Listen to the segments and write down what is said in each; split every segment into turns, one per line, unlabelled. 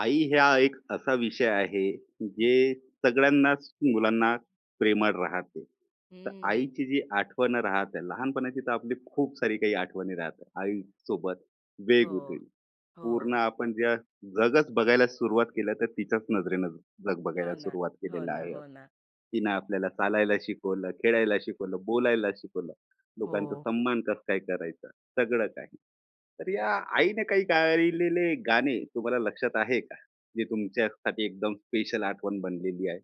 आई ह्या एक असा विषय आहे,
हं.
जे सगळ्यांनाच मुलांना प्रेमळ राहते. तर
हं.
आईची जी आठवणं राहते, लहानपणाची तर आपली खूप सारी काही आठवणी राहतात. आईसोबत
हो,
वेगवेगळी. पूर्ण
हो.
आपण ज्या जगच बघायला सुरुवात केलं, तर तिच्याच नजरेनं जग
हो
बघायला
ना,
सुरुवात
हो
केलेलं
ना,
आहे
हो
आपण.
ना.
तिनं आपल्याला चालायला शिकवलं, खेळायला शिकवलं, बोलायला शिकवलं,
हो.
लोकांचा सन्मान कसं काय करायचा, सगळं काही. तर या आईने काही गायलेले गाणे तुम्हाला लक्षात आहे का? जे तुमच्यासाठी एकदम स्पेशल आठवण बनलेली आहे?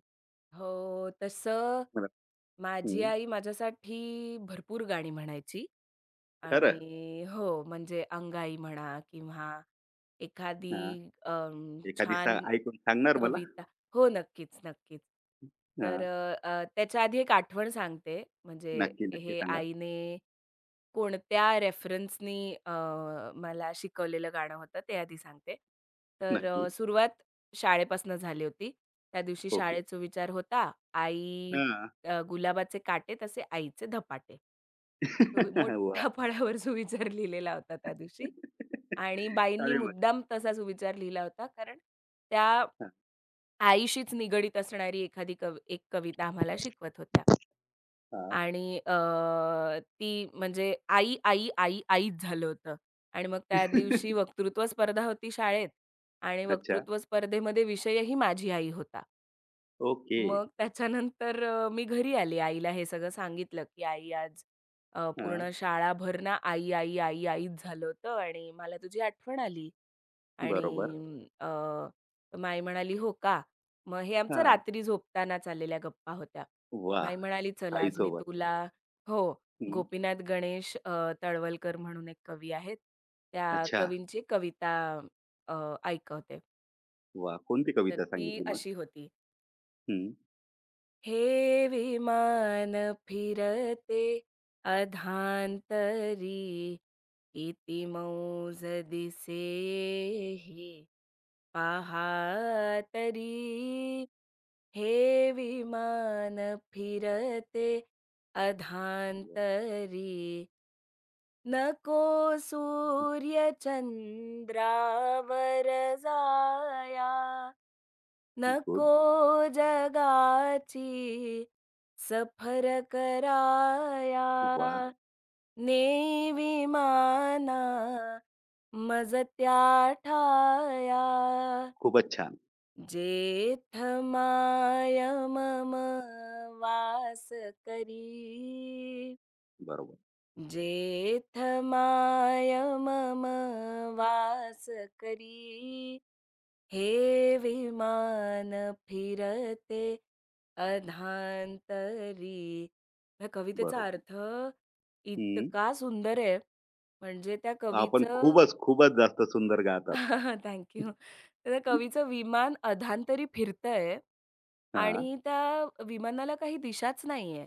हो, तसं
मला
माझी
हं,
आई माझ्यासाठी भरपूर गाणी म्हणायची
खरं?
आणि हो, म्हणजे अंगाई म्हणा किंवा एखादी
हां. एखादी सा
छान
ऐकून सांगणार मला?
कविता हो, नक्कीच, नक्कीच. तर
हां.
अ, अ, त्याच्या आधी एक आठवण सांगते. म्हणजे
नक्की, नक्की
हे
सांगा.
आईने कोणत्या रेफरन्सनी मला शिकवलेलं गाणं होतं ते आधी सांगते. तर
नक्की.
सुरुवात शाळेपासून झाली होती. त्या दिवशी
ओके.
शाळेचा विचार होता, "आई
हां.
गुलाबाचे काटे तसे आईचे धपाटे." मोठ्या
वाह!
फळ्यावर सुविचार लिहिलेला होता त्या दिवशी आणि बाईंनी
शाळेमध्ये.
मुद्दाम तसा सुविचार लिहिला होता. कारण त्या
हां,
आईशीच निगडीत असणारी एखादी एक कविता आम्हाला शिकवत होत्या.
हां.
आणि ती म्हणजे आई, आई, आई, आईच झालं होतं. आणि मग त्या दिवशी वक्तृत्व स्पर्धा होती शाळेत आणि
अच्छा.
वक्तृत्व स्पर्धेमध्ये विषयही माझी आई होता.
ओके.
मग त्याच्यानंतर मी घरी आली. आईला हे सगळं सांगितलं, की "आई आज
हां.
पूर्ण शाळाभर ना आई, आई, आई, आईच झालं होतं आणि मला तुझी आठवण आली."
बरोबर.
आणि मग म्हणाली, "हो का?" मग हे आमचं
हां.
रात्री झोपताना चाललेल्या गप्पा होत्या. माई
वाह!
म्हणाली, "चल आज मी
आईसोबत.
तुला" हो,
हं.
गोपीनाथ गणेश तळवलकर म्हणून एक कवी आहेत. त्या
अच्छा.
कवींची कविता अ, ऐकवते.
वा, कोणती
तर
कविता
ती
सांगितली मग?
अशी होती.
हं.
"हे विमान फिरते अधांतरी, किती मौज दिसे हे पहा तरी हे विमान फिरते
वाह!
अधांतरी नको सूर्य चंद्रावर जाया नको
गुड.
जगाची सफर कराया
वाह!
ने विमाना मज त्या ठाया
खूपच छान.
जेठमाय मम वास करी
बरोबर,
जेठमाय मम वास करी हे विमान फिरते अधांतरी ह्या कवितेचा
बरोबर.
अर्थ
हं.
इतका सुंदर आहे म्हणजे त्या
आपण
कवीचं
खूपच, खूपच जास्त सुंदर गात आहात.
Thank you. तर त्या कवीचं विमान अधांतरी फिरतंय आणि त्या विमानाला काही दिशाच नाहीये.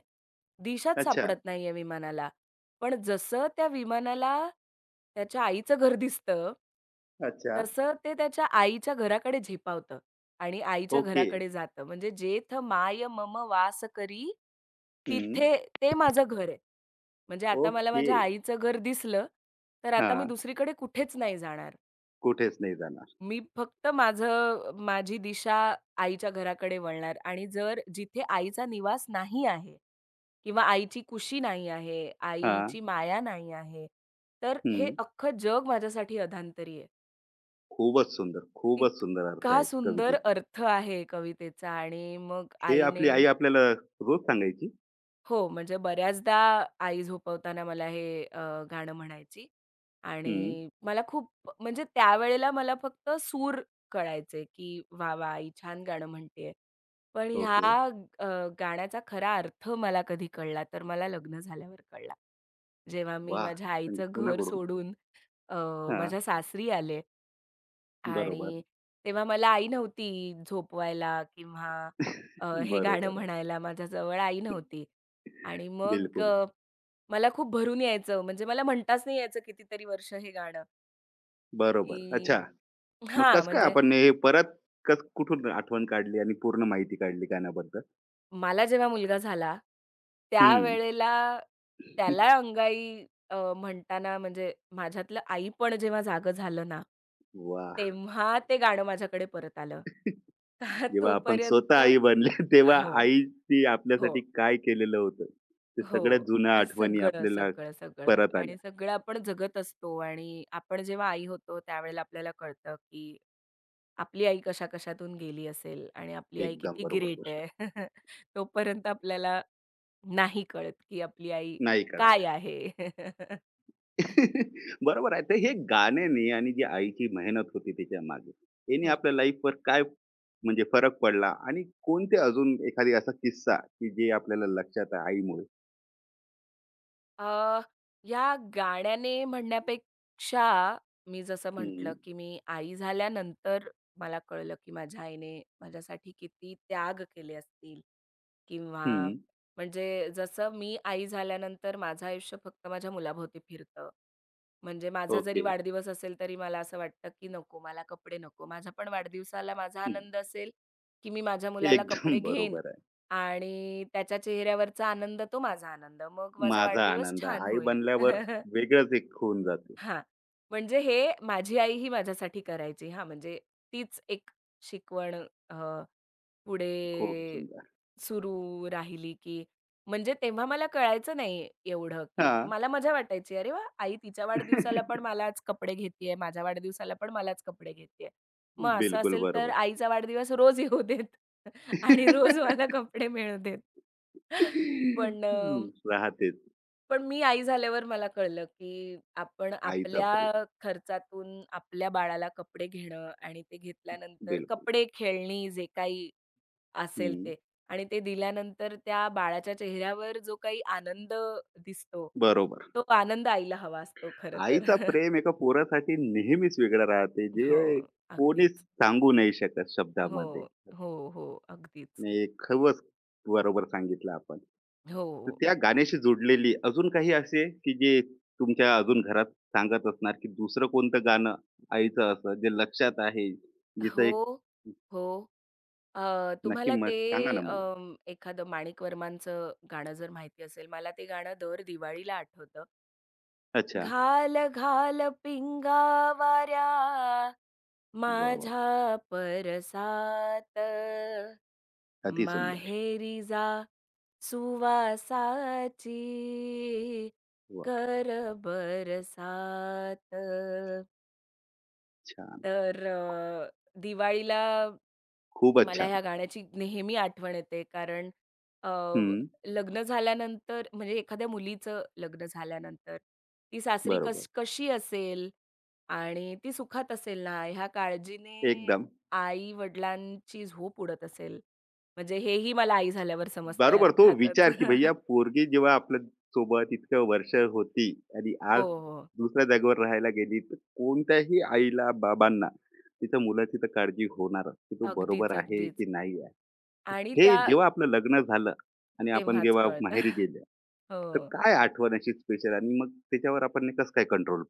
दिशाच
अच्छा,
सापडत नाहीये विमानाला. पण जसं त्या विमानाला त्याच्या आईचं घर दिसतं,
अच्छा.
तसं ते त्याच्या आईच्या घराकडे झेपावतं आणि आईच्या
ओके.
घराकडे जातं. म्हणजे "जेथ माय मम वास करी,
हं.
तिथे ते माझं घर आहे." म्हणजे आता मला
ओके.
माझ्या आईचं घर दिसलं, तर आता मी
हां.
दुसरीकडे कुठेच नाही जाणार.
कुठेच नाही जाणार.
मी फक्त माझी दिशा आईच्या घराकडे वळणार आणि जर जिथे आईचा निवास नाही आहे किंवा आईची कुशी नाही आहे,
हां.
आईची माया नाही आहे, तर हे
हं.
अख्खं जग माझ्यासाठी अधांतरी आहे.
खूपच सुंदर, खूपच सुंदर अर्थ
इतका
आहे
सुंदर
कवितेचे.
अर्थ आहे कवितेचा आणि मग
हे आपली
आईने
आई आपल्याला रोज सांगायची.
हो, म्हणजे बऱ्याचदा आई झोपवताना मला हे गाणं म्हणायची
हं.
आणि मला खूप म्हणजे त्यावेळेला मला फक्त सूर कळायचे, की "वाह! वाह! आई छान गाणं म्हणतेय." पण ह्या
ओके.
अ, गाण्याचा खरा अर्थ मला कधी कळला तर मला लग्न झाल्यावर कळला. जेव्हा मी
वाह!
माझ्या
म्हणजे
आईचं घर
कोणाकडून?
सोडून अ,
हां.
माझ्या सासरी आले.
बरोबर,
आणि तेव्हा मला आई नव्हती झोपवायला किंवा हे गाणं
बरोबर आहे.
म्हणायला माझ्याजवळ आई नव्हती. आणि मग
बिलकुल.
मला खूप भरून यायचं म्हणजे मला म्हणताच नाही यायचं कितीतरी वर्ष हे गाणं,
बरोबर. अच्छा.
की
मग
हां,
कसं काय
म्हणजे
आपण हे परत कसं कुठून आठवण काढली आणि पूर्ण माहिती काढली गाण्याबद्दल?
मला जेव्हा मुलगा झाला,
हं.
त्यावेळेला त्याला अंगाई म्हणताना म्हणजे माझ्यातलं आईपण जेव्हा जागं झालं ना,
वाह!
तेव्हा ते गाणं माझ्याकडे परत आलं. का
जेव्हा आपण स्वतः
तोपर्यंत
आई बनले तेव्हा
हो.
आईनी
हो,
आपल्यासाठी काय केलेलं होतं, ते सगळ्या
हो.
जुन्या आठवणी
सगळं,
आपल्याला
सगळं, सगळं
परत आल्या.
आणि सगळं आपण जगत असतो आणि आपण जेव्हा आई होतो त्यावेळेला आपल्याला कळतं, की आपली आई कशा-कशातून गेली असेल आणि आपली आई
एकदम
किती
बरोबर
ग्रेट
गोष्ट.
आहे. तोपर्यंत आपल्याला नाही कळत, की आपली आई
नाही
काय
कळत.
आहे?
बरोबर आहे. तर हे गाण्याने आणि जी आईची मेहनत होती त्याच्यामागे, याने
हं.
आपल्या लाईफवर काय म्हणजे फरक पडला आणि कोणते अजून एखादी असा किस्सा की जे आपल्याला लक्षात आहे आईमुळे?
अ, या गाण्याने म्हणण्यापेक्षा मी जसं म्हटलं,
हं,
की मी आई झाल्यानंतर मला कळलं, की माझ्या आईने माझ्यासाठी किती त्याग केले असतील. किंवा
हं.
म्हणजे जसं मी आई झाल्यानंतर माझं आयुष्य फक्त माझ्या मुलाभोवती फिरतं. म्हणजे माझा जरी
ओके.
वाढदिवस असेल तरी मला असं वाटतं, की नको मला कपडे नको. माझ्या पण वाढदिवसाला माझा
हं.
आनंद असेल, की मी माझ्या मुलाला
एकदम
कपडे घेईन
बरोबर आहे.
आणि त्याच्या चेहऱ्यावरचा आनंद तो माझा आनंद. मग माझा
माझा
वाढदिवस
आनंद
छान
आई
होईल.
बनल्यावर वेगळंच एक होऊन जाते.
हां. म्हणजे हे माझी आई ही माझ्यासाठी करायची. हां, म्हणजे तीच एक शिकवण
खूप
पुढे
सुंदर.
सुरू राहिली, की म्हणजे तेव्हा मला कळायचं नाही एवढं, की
हां.
मला मजा वाटायची, "अरे वाह! आई तिच्या वाढदिवसाला पण मलाच कपडे घेतीये, माझ्या वाढदिवसाला पण मलाच कपडे घेतीये." मग असं
बिलकुल
असेल तर
बरोबर.
आईचा वाढदिवस रोज येऊ देत आणि रोज मला कपडे मिळू देत. पण अ,
हं, राहतेच
पण मी आई झाल्यावर मला कळलं, की आपण
आईचा प्रेम.
आपल्या खर्चातून आपल्या बाळाला कपडे घेणं आणि ते घेतल्यानंतर
बिलकुल.
कपडे, खेळणी जे काही असेल
हं,
ते आणि ते दिल्यानंतर त्या बाळाच्या चेहऱ्यावर जो काही आनंद दिसतो,
बरोबर.
तो आनंद आईला हवा असतो खरं तर.
आईचा प्रेम एका पोरासाठी नेहमीच वेगळं राहते,
हो,
जे कोणीच
अगदीच.
सांगू नाही शकत
हो,
शब्दामध्ये.
हो, हो, अगदीच.
नाही, खवच बरोबर सांगितलं आपण.
हो,
तर त्या गाण्याशी जोडलेली अजून काही असे, की जे तुमच्या अजून घरात सांगत असणार, की दुसरं कोणतं गाणं आईचं असं जे लक्षात आहे, जिचं
हो,
एक
हो. अ,
नक्की
तुम्हाला ते
मत सांगा ना मला?
एखादं माणिक वर्मांचं गाणं जर माहिती असेल, मला ते गाणं दर दिवाळीला आठवतं.
अच्छा.
घाल, घाल पिंगा वाऱ्या
वाह, वाह!
माझ्या परसात.
अतिसुंदर.
माहेरी जा सुवासाची
वाह!
कर बरसात.
छान.
तर दिवाळीला
खूपच
मला
छान.
ह्या गाण्याची नेहमी आठवण येते कारण अ,
हं.
लग्न झाल्यानंतर म्हणजे एखाद्या मुलीचं लग्न झाल्यानंतर ती सासरी
बरोबर.
कशी असेल आणि ती सुखात असेल ना ह्या काळजीने
एकदम.
आई-वडिलांची झोप उडत असेल. म्हणजे हेही मला आई झाल्यावर समजतंय
बरोबर. तो
अर्थातच.
विचार, की भैय्या पोरगी जेव्हा आपल्या सोबत इतकं वर्ष होती आणि
हो,
आज
हो.
दुसऱ्या जागेवर राहायला गेली, तर कोणत्याही आईला, बाबांना तिच्या मुलाची तर काळजी होणारच, की तो
अगदीच,
बरोबर आहे
अगदीच
की नाही आहे.
आणि
हे
त्या
जेव्हा आपलं लग्न झालं आणि आपण
तेव्हाच
जेव्हा
कळतं.
माहेरी गेले, तर
हो.
काय आठवण अशी स्पेशल आणि मग त्याच्यावर आपण कसं काय कंट्रोल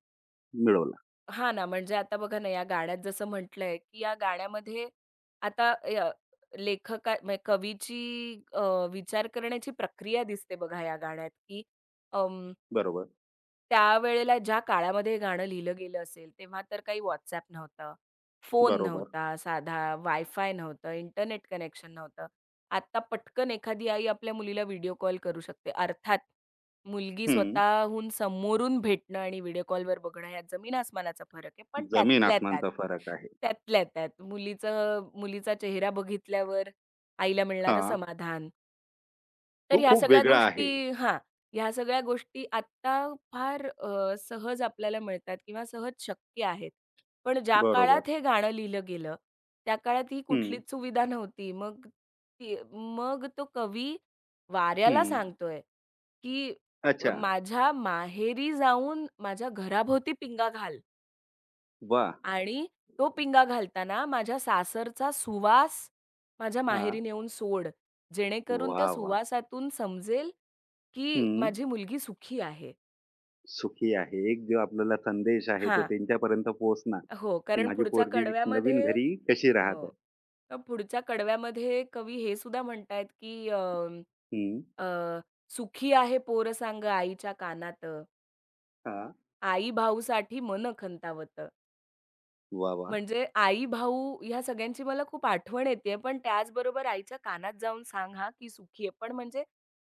मिळवला?
हां ना, म्हणजे आता बघा ना, या गाण्यात जसं म्हटलंय, की या गाण्यामध्ये आता य लेखका म्हणजे कवीची विचार करण्याची प्रक्रिया दिसते बघा या गाण्यात, की अं
बरोबर,
त्यावेळेला ज्या काळामध्ये हे गाणं लिहिलं गेलं असेल, तेव्हा तर काही WhatsApp नव्हतं, फोन
बरोबर.
नव्हता, साधा वायफाय नव्हतं, इंटरनेट कनेक्शन नव्हतं. आता पटकन एखादी आई आपल्या मुलीला व्हिडिओ कॉल करू शकते. अर्थात मुलगी
हं.
स्वतःहून समोरून भेटणं आणि व्हिडिओ कॉलवर बघणं यात जमीन आसमानाचा फरक आहे. पण
जमीन
त्यातल्या त्यात,
आसमानचा फरक आहे.
त्यातल्या त्यात मुलीचा चेहरा बघितल्यावर आईला मिळणारं
हां.
समाधान, तर
तो
ह्या
खूप
सगळ्या
वेगळा आहे.
गोष्टी हां, ह्या सगळ्या गोष्टी आत्ता फार सहज आपल्याला मिळतात किंवा सहज शक्य आहेत. पण ज्या
बरोबर.
काळात हे गाणं लिहिलं गेलं, त्या काळात ही
हं,
कुठलीच सुविधा नव्हती. मग तो कवी वाऱ्याला
हं.
सांगतोय, की
अच्छा.
"माझ्या माहेरी जाऊन माझ्या घराभोवती पिंगा घाल."
वाह!
आणि तो पिंगा घालताना माझ्या सासरचा सुवास माझ्या
हां.
माहेरी नेऊन सोड, जेणेकरून त्या
वाह! वाह!
सुवासातून समजेल, की
हं.
माझी मुलगी सुखी आहे.
सुखी आहे. एक जो आपल्याला संदेश आहे तो
हां.
त्यांच्यापर्यंत पोहोचणार,
हो,
की
कारण
माझी
पुढच्या
पोरगी नवीन
कडव्यामध्ये
घरी कशी राहत
हो.
आहे.
तर पुढच्या कडव्यामध्ये कवी हे सुद्धा म्हणतायत, की अ,
हं.
अ, "सुखी आहे पोर सांग आईच्या कानात,
हां.
आई भाऊसाठी मन खंतावत."
वाह! वाह!
म्हणजे आई-भाऊ ह्या सगळ्यांची मला खूप आठवण येतेय, पण त्याचबरोबर आईच्या कानात जाऊन सांग हां, की सुखी आहे. पण म्हणजे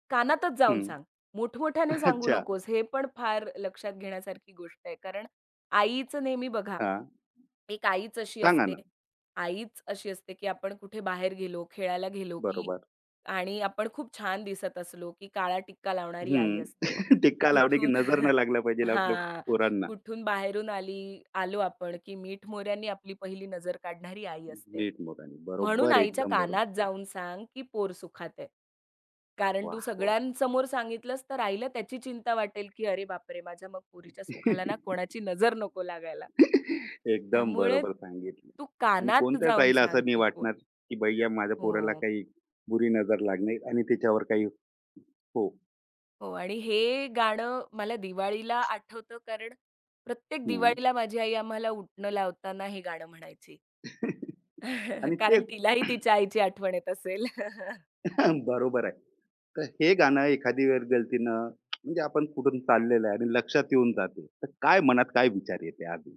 कानातच जाऊन
हं.
सांग. मोठमोठ्याने सांगू
अच्छा.
नकोस. हे पण फार लक्षात घेण्यासारखी गोष्ट आहे. कारण आईचं नेहमी बघा
हां.
एक आईच अशी
सांगा
असते.
ना.
आईच अशी असते, की आपण कुठे बाहेर गेलो, खेळायला गेलो, की
बरोबर.
आणि आपण खूप छान दिसत असलो, की काळा टिक्का लावणारी आई
हं.
असते.
टिक्का लावणे की
कुठून
नजर न लागला पाहिजे आपल्या
हां,
पोरांना.
कुठून बाहेरून आलो आपण, की मीठ मोहऱ्यांनी आपली पहिली नजर काढणारी आई असते.
नीट मोठाने.
म्हणून
बरोबर,
आईच्या
एकदम
कानात
बरोबर.
जाऊन सांग, की पोर सुखात आहे. कारण तू
वाह! वाह!
सगळ्यांसमोर सांगितलंस तर आईला त्याची चिंता वाटेल, की "अरे बापरे! माझ्या मग पोरीच्या सुखाला ना कोणाची नजर नको लागायला."
एकदम
त्यामुळे
बरोबर सांगितलं.
तू
आणि
कानात
कोणत्याच
जाऊन
आईला
सांग,
असं नाही
की पोर।
वाटणार, की भैय्या माझ्या पोराला
हो,
काही बुरी नजर लागणे आणि त्याच्यावर काही हो.
हो. आणि हे गाणं मला दिवाळीला आठवतं कारण प्रत्येक
हां.
दिवाळीला माझी आई आम्हाला उठणं लावताना हे गाणं म्हणायची.
आणि
कारण
तेच
तिलाही तिच्या आईची आठवण येत असेल
बरोबर आहे. तर हे गाणं एखादी वेळ गलतीनं म्हणजे आपण कुठून चाललेलं आहे आणि लक्षात येऊन जाते. तर काय मनात काय विचार येते आधी?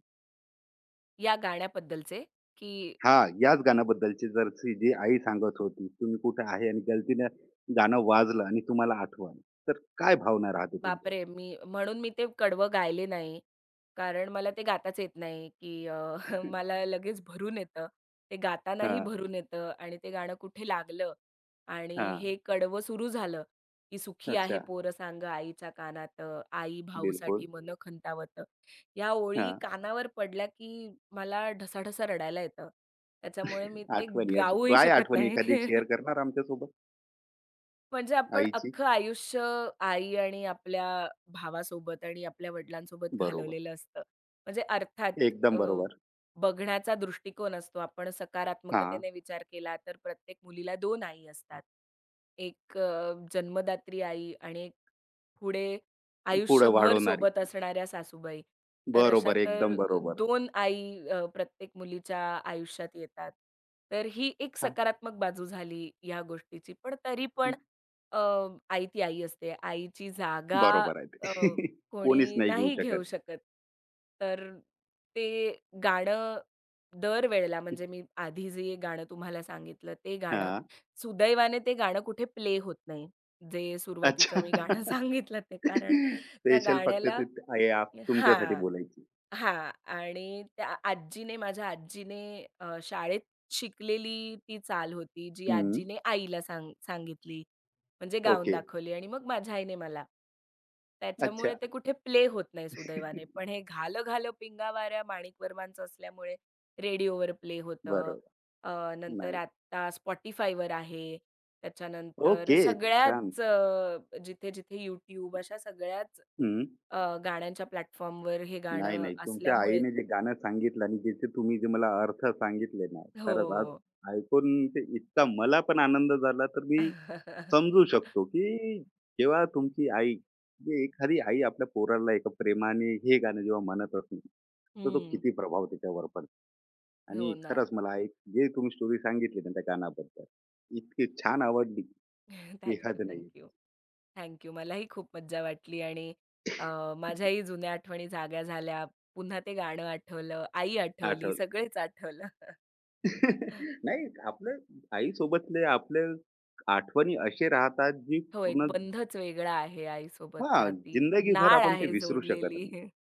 या गाण्याबद्दलचे, की
हां, याच गाण्याबद्दलची जर ती जी आई सांगत होती, तुम्ही कुठे आहे आणि गलतीनं गाणं वाजलं आणि तुम्हाला आठवण, तर काय भावना राहते तुमच्या?
बापरे! मी ते कडवं गायले नाही. कारण मला ते गाताच येत नाही, की मला लगेच भरून येतं. ते गातानाही
हां,
भरून येतं आणि ते गाणं कुठे लागलं आणि
हां.
हे कडवं सुरू झालं, की "सुखी आहे
अच्छा.
पोर सांग आईच्या कानात, आई
बिलकुल.
भाऊसाठी मन खंतावत, या ओळी
हां.
कानावर पडल्या, की मला ढसाढसा रडायला येतं. त्याच्यामुळे मी ते
आठवणी अशी
गाऊही
काय
शकत
आठवणी
नाही.
एखादी शेअर करणार आमच्यासोबत?
म्हणजे आपण
आईची?
अख्खं आयुष्य आई आणि आपल्या भावासोबत आणि आपल्या वडिलांसोबत
बरोबर.
घालवलेलं असतं. म्हणजे अर्थात
एकदम
अ,
बरोबर.
बघण्याचा दृष्टिकोन असतो. आपण
हां.
सकारात्मकतेने विचार केला तर प्रत्येक मुलीला दोन आई असतात. एक जन्मदात्री आई आणि एक पुढे
पुढे
आयुष्यभर
वाढवणारी.
सोबत असणाऱ्या सासूबाई. तर अशा
बरोबर, एकदम
तर
बरोबर.
दोन आई प्रत्येक मुलीच्या आयुष्यात येतात. तर ही एक सकारात्मक बाजू झाली या गोष्टीची. पण तरी पण अ, आई ती आई असते. आईची जागा
बरोबर आहे ते.
अ,
कोणीच
कोणी
नाही घेऊ
नाही घेऊ
शकत.
शकत. तर ते गाणं दरवेळेला म्हणजे मी आधी जे गाणं तुम्हाला सांगितलं ते गाणं,
हां.
सुदैवाने ते गाणं कुठे प्ले होत नाही. जे सुरुवातीचं
अच्छा.
मी गाणं सांगितलं ते कारण त्या
स्पेशल फक्त
गाण्याला
ते आई आप तुमच्यासाठी
हां.
बोलायची.
हां. आणि त्या आजीने माझ्या आजीने शाळेत शिकलेली ती चाल होती, जी
हं.
आजीने आईला सांगितली. म्हणजे गाऊन
ओके.
दाखवली आणि मग माझ्या आईने मला. त्याच्यामुळे
अच्छा.
ते कुठे प्ले होत नाही सुदैवाने. पण हे "घालं घालं पिंगावाऱ्या" माणिक वर्मांचं असल्यामुळे रेडिओवर प्ले होतं.
बरोबर.
अ, नंतर
नाही.
आता Spotifyवर आहे. त्याच्यानंतर
ओके. छान.
सगळ्याच जिथे-जिथे YouTube अशा सगळ्याच
हं.
गाण्यांच्या प्लॅटफॉर्मवर हे
नाही,
गाणं
नाही. तुमच्या
असल्यामुळे
आईने जे गाणं सांगितलं आणि ज्याचे तुम्ही जे मला अर्थ सांगितले ना, खरंच आज
हो.
ऐकून ते इतका मला पण आनंद झाला, तर मी समजू शकतो, की जेव्हा तुमची आई म्हणजे एखादी आई आपल्या पोराला एका प्रेमाने हे गाणं जेव्हा म्हणत असते, तर तो
हं.
किती प्रभाव त्याच्यावर पडतो.
हो
आणि
ना.
खरंच मला एक जे तुम्ही स्टोरी सांगितली ना त्या गाण्याबद्दल, इतकी छान आवडली, की
थँक यू,
हद
थँक
नाही.
यू, थँक मलाही खूप मज्जा वाटली आणि अ, माझ्याही जुन्या आठवणी जाग्या झाल्या. पुन्हा ते गाणं आठवलं, आई आठवली,
आठवलं.
सगळेच आठवलं.
नाही आपलं आईसोबतले आपले आठवणी असे राहतात जी
हो, एक
पूर्ण
बंधच वेगळा आहे
हां,
आईसोबतचा. ती
जिंदगीभर
नाळ
आपण ते
आहे
विसरू शकत
जोडलेली.
नाही.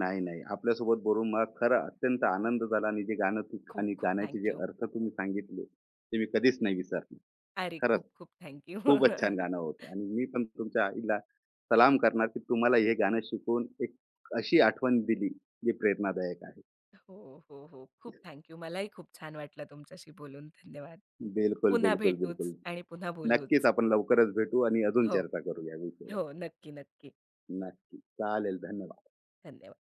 नाही, नाही. आपल्यासोबत बोलून मला खरं अत्यंत आनंद झाला आणि जे गाणं तू
खूप
आणि
खूप
गाण्याचे जे
थँक
अर्थ तुम्ही सांगितले, ते मी कधीच नाही विसरणार.
अरे,
खरंच
खूप खूप थँक
खूपच छान गाणं होतं आणि मी पण तुमच्या आईला सलाम करणार, की तुम्हाला हे गाणं शिकवून एक अशी आठवण दिली, जी प्रेरणादायक आहे.
हो, हो, हो. खूप थँक मलाही खूप छान वाटलं तुमच्याशी बोलून. धन्यवाद.
बिलकुल,
पुन्हा
बिलकुल, बिलकुल.
भेटूच आणि पुन्हा
नक्कीच
बोलूच.
आपण लवकरच भेटू आणि अजून
हो,
चर्चा करू या विषयावर.
हो. नक्की, नक्की.
नक्की. चालेल. धन्यवाद.
धन्यवाद.